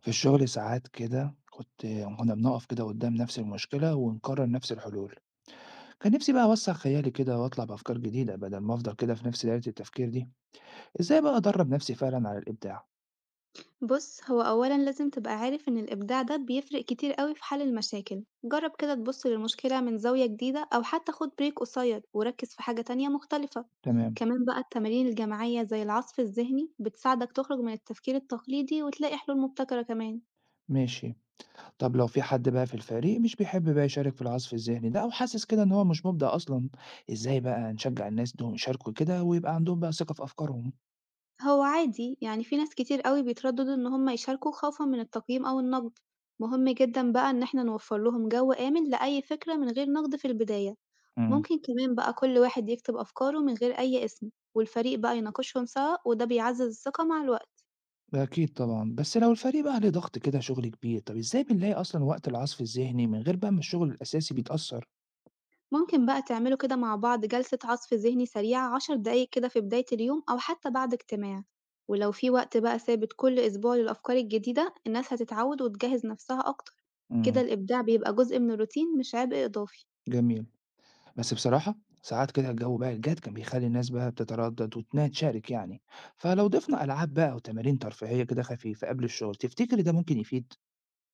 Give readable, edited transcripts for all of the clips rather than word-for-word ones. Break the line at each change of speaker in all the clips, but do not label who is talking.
في الشغل ساعات كده كنا بنقف كده قدام نفس المشكلة ونكرر نفس الحلول. كان نفسي بقى أوسع خيالي كده وأطلع بأفكار جديدة بدل ما أفضل كده في نفس دايرة التفكير دي. إزاي بقى أدرب نفسي فعلا على الإبداع؟
بُص، هو أولًا لازم تبقى عارف إن الإبداع ده بيفرق كتير أوي في حل المشاكل، جرّب كده تبُص للمشكلة من زاوية جديدة أو حتى خُد break قصير وركّز في حاجة تانية مختلفة،
تمام.
كمان بقى التمارين الجماعية زي العصف الذهني بتساعدك تخرج من التفكير التقليدي وتلاقي حلول مبتكرة كمان،
ماشي. طب لو في حد بقى في الفريق مش بيحب بقى يشارك في العصف الذهني ده أو حاسس كده إن هو مش مبدع أصلا، إزاي بقى نشجع الناس دول يشاركوا كده ويبقى عندهم بقى ثقة في أفكارهم؟
هو عادي في ناس كتير أوي بيترددوا إن هُم يشاركوا خوفًا من التقييم أو النقد، مهم جدًا بقى إن إحنا نوفّر لهم جو آمن لأي فكرة من غير نقد في البداية. ممكن كمان بقى كل واحد يكتب أفكاره من غير أي اسم والفريق بقى يناقشهم سوا وده بيعزز الثقة مع الوقت.
أكيد طبعًا، بس لو الفريق بقى عليه ضغط كده شغل كبير، طب إزاي بنلاقي أصلًا وقت العصف الذهني من غير بقى ما الشغل الأساسي بيتأثّر؟
ممكن بقى تعملوا كده مع بعض جلسة عصف ذهني سريعة 10 دقايق كده في بداية اليوم أو حتى بعد اجتماع. ولو في وقت بقى ثابت كل أسبوع للأفكار الجديدة الناس هتتعود وتجهز نفسها أكتر. كده
إمم.
الإبداع بيبقى جزء من الروتين مش عبء إضافي.
جميل. بس بصراحة، ساعات كده الجو بقى الجاد كان بيخلّي الناس بقى بتتردد وإنها تشارك يعني، فلو ضِفنا ألعاب بقى وتمارين ترفيهية كده خفيفة قبل الشغل، تفتكري ده ممكن يفيد؟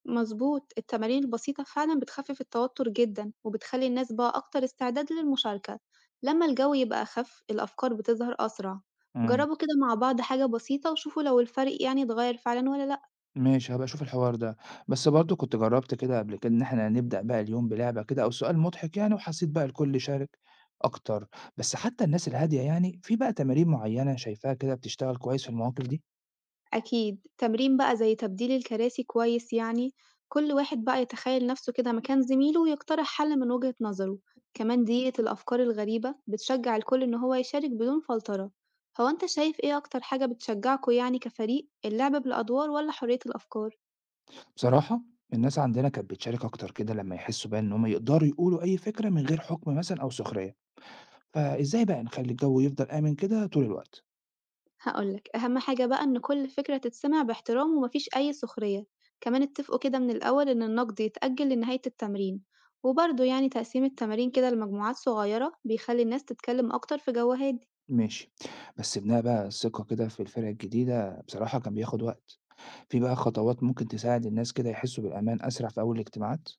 مضبوط، التمارين البسيطة فعلًا بتخفف التوتر جدًا، وبتخلّي الناس بقى أكتر استعداد للمشاركة، لمّا الجو يبقى أخف الأفكار بتظهر أسرع،
إمم.
جربوا كده مع بعض حاجة بسيطة وشوفوا لو الفرق اتغير فعلًا والّا لأ.
ماشي، هابقى أشوف الحوار ده. بس برضه كنت جرّبت كده قبل كده إن إحنا نبدأ بقى اليوم بلعبة كده أو سؤال مضحك يعني وحسيت بقى الكل شارك أكتر، بس حتى الناس الهادية يعني في بقى تمارين معيّنة شايفاها كده بتشتغل كويس في المواقف دي؟
أكيد، تمرين بقى زي تبديل الكراسي كويس يعني، كل واحد بقى يتخيل نفسه كده مكان زميله ويقترح حل من وجهة نظره، كمان دقيقة الأفكار الغريبة بتشجع الكل إن هو يشارك بدون فلترة، هو أنت شايف إيه أكتر حاجة بتشجعكوا يعني كفريق، اللعب بالأدوار ولا حرية الأفكار؟
بصراحة، الناس عندنا كانت بتشارك أكتر كده لمّا يحسّوا بقى إن هم يقدروا يقولوا أي فكرة من غير حُكم مثلًا أو سخرية، فإزاي بقى نخلّي الجو يفضل آمن كده طول الوقت؟
هاقول لك، أهم حاجة بقى إن كل فكرة تتسمع باحترام وما فيش أي سخرية، كمان اتفقوا كده من الأول إن النقد يتأجل لنهاية التمرين، وبرضه تقسيم التمارين كده لمجموعات صغيرة بيخلي الناس تتكلم أكتر في جو هادي.
ماشي، بس بناء بقى الثقة كده في الفرق الجديدة بصراحة كان بياخد وقت. في بقى خطوات ممكن تساعد الناس كده يحسوا بالأمان أسرع في أول الاجتماعات؟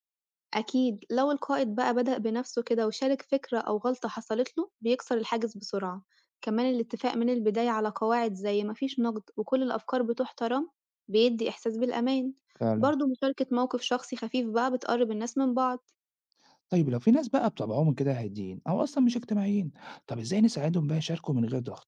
أكيد لو القائد بقى بدأ بنفسه كده وشارك فكرة أو غلطة حصلت له بيكسر الحاجز بسرعة، كمان الاتفاق من البداية على قواعد زي ما فيش نقد وكل الأفكار بتحترم بيدي إحساس بالأمان،
فعلا.
برضه مشاركة موقف شخصي خفيف بقى بتقرب الناس من بعض.
طيب لو في ناس بقى بطبعهم كده هاديين أو أصلا مش اجتماعيين، طب إزاي نساعدهم بقى يشاركوا من غير ضغط؟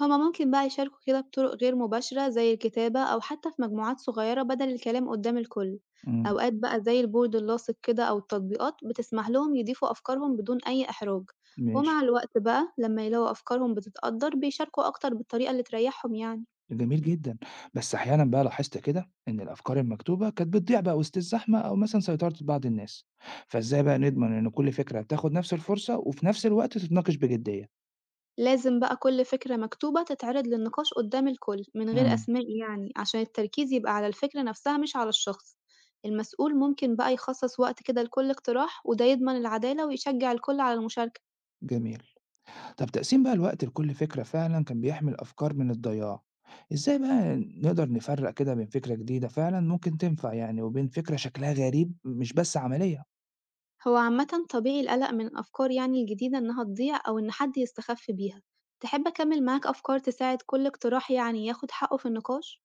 هما ممكن بقى يشاركوا كده بطرق غير مباشرة زي الكتابة أو حتى في مجموعات صغيرة بدل الكلام قدام الكل،
امم.
أوقات بقى زي البورد اللاصق كده أو التطبيقات بتسمح لهم يضيفوا أفكارهم بدون أي إحراج،
ماشي.
ومع الوقت بقى لما يلاقوا أفكارهم بتتقدر بيشاركوا أكتر بالطريقة اللي تريحهم يعني.
جميل جدا. بس أحيانا بقى لاحظت كده إن الأفكار المكتوبة كانت بتضيع بقى وسط الزحمة أو مثلا سيطرة بعض الناس، فإزاي بقى نضمن إن كل فكرة بتاخد نفس الفرصة وفي نفس الوقت تتناقش بجدية؟
لازم بقى كل فكرة مكتوبة تتعرض للنقاش قدام الكل من غير
امم.
أسماء يعني عشان التركيز يبقى على الفكرة نفسها مش على الشخص. المسؤول ممكن بقى يخصص وقت كده لكل اقتراح وده يضمن العدالة ويشجع الكل على المشاركة.
جميل. طب تقسيم بقى الوقت لكل فكرة فعلا كان بيحمل أفكار من الضياع. إزاي بقى نقدر نفرق كده بين فكرة جديدة فعلا ممكن تنفع يعني وبين فكرة شكلها غريب مش بس عملية؟
هو عامة طبيعي القلق من الأفكار يعني الجديدة إنها تضيع أو إن حد يستخف بيها، تحب أكمل معاك أفكار تساعد كل اقتراح يعني ياخد حقه في النقاش؟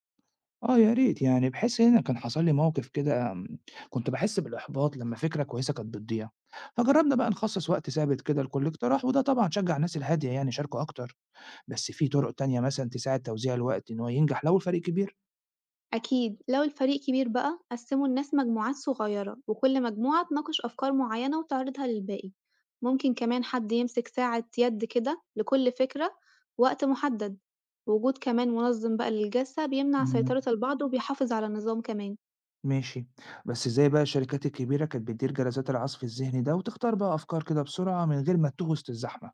اه يا ريت يعني، بحس هنا كان حصل لي موقف كده كنت بحس بالإحباط لما فكرة كويسة كانت بتضيع. فجربنا بقى نخصص وقت ثابت كده لكل اقتراح وده طبعا شجع الناس الهادية يعني يشاركوا أكتر. بس في طرق تانية مثلا تساعد توزيع الوقت إن هو ينجح لو الفريق
أكيد لو الفريق كبير بقى قسموا الناس مجموعات صغيرة وكل مجموعة تناقش أفكار معينة وتعرضها للباقي، ممكن كمان حد يمسك ساعة يد كده لكل فكرة وقت محدد، وجود كمان منظم بقى للجلسة بيمنع
كبير؟
سيطرة البعض وبيحافظ على النظام كمان.
ماشي، بس إزاي بقى الشركات الكبيرة كانت بتدير جلسات العصف الذهني ده وتختار بقى أفكار كده بسرعة من غير ما تتوه وسط الزحمة؟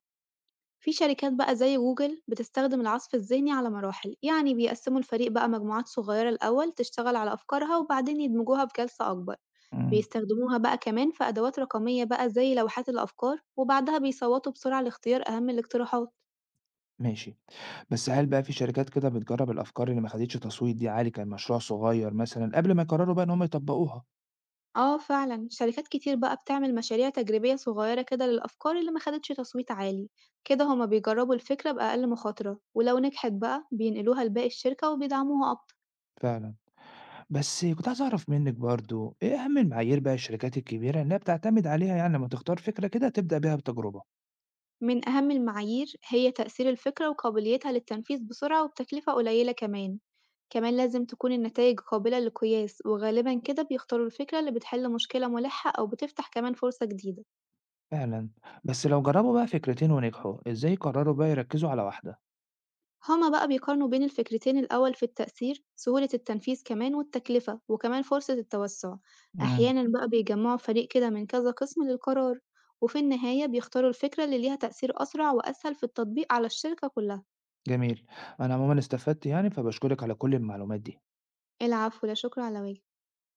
في شركات بقى زي جوجل بتستخدم العصف الذهني على مراحل يعني بيقسموا الفريق بقى مجموعات صغيرة الأول تشتغل على أفكارها وبعدين يدمجوها في جلسة أكبر.
إمم.
بيستخدموها بقى كمان في أدوات رقمية بقى زي لوحات الأفكار وبعدها بيصوتوا بسرعة لاختيار أهم الاقتراحات.
ماشي، بس هل بقى في شركات كده بتجرب الأفكار اللي ما خدتش تصويت دي عالي كمشروع صغير مثلًا قبل ما يقرروا بقى إن هم يطبقوها؟
اه فعلا شركات كتير بقى بتعمل مشاريع تجريبية صغيرة كده للأفكار اللي ما خدتش تصويت عالي. كده هما بيجربوا الفكرة بأقل مخاطرة ولو نجحت بقى بينقلوها لباقي الشركة وبيدعموها أكتر.
فعلًا. بس كنت عايز أعرف منِّك برضه إيه أهم المعايير بقى الشركات الكبيرة إنها بتعتمد عليها يعني لمّا تختار فكرة كده تبدأ بيها بتجربة؟
من أهم المعايير هي تأثير الفكرة وقابليتها للتنفيذ بسرعة وبتكلفة قليلة كمان، كمان لازم تكون النتائج قابلة للقياس وغالبا كده بيختاروا الفكرة اللي بتحل مشكلة ملحة أو بتفتح كمان فرصة جديدة،
فعلًا. بس لو جربوا بقى فكرتين ونجحوا إزاي يقرروا بقى يركزوا على واحدة؟
هما بقى بيقارنوا بين الفكرتين الأول في التأثير، سهولة التنفيذ كمان والتكلفة وكمان فرصة التوسع،
إمم.
أحيانا بقى بيجمعوا فريق كده من كذا قسم للقرار، وفي النهاية بيختاروا الفكرة اللي ليها تأثير أسرع وأسهل في التطبيق على الشركة كلها.
جميل. أنا عمومًا استفدت يعني، فباشكرِك على كل المعلومات دي.
العفو لا شكر على واجب.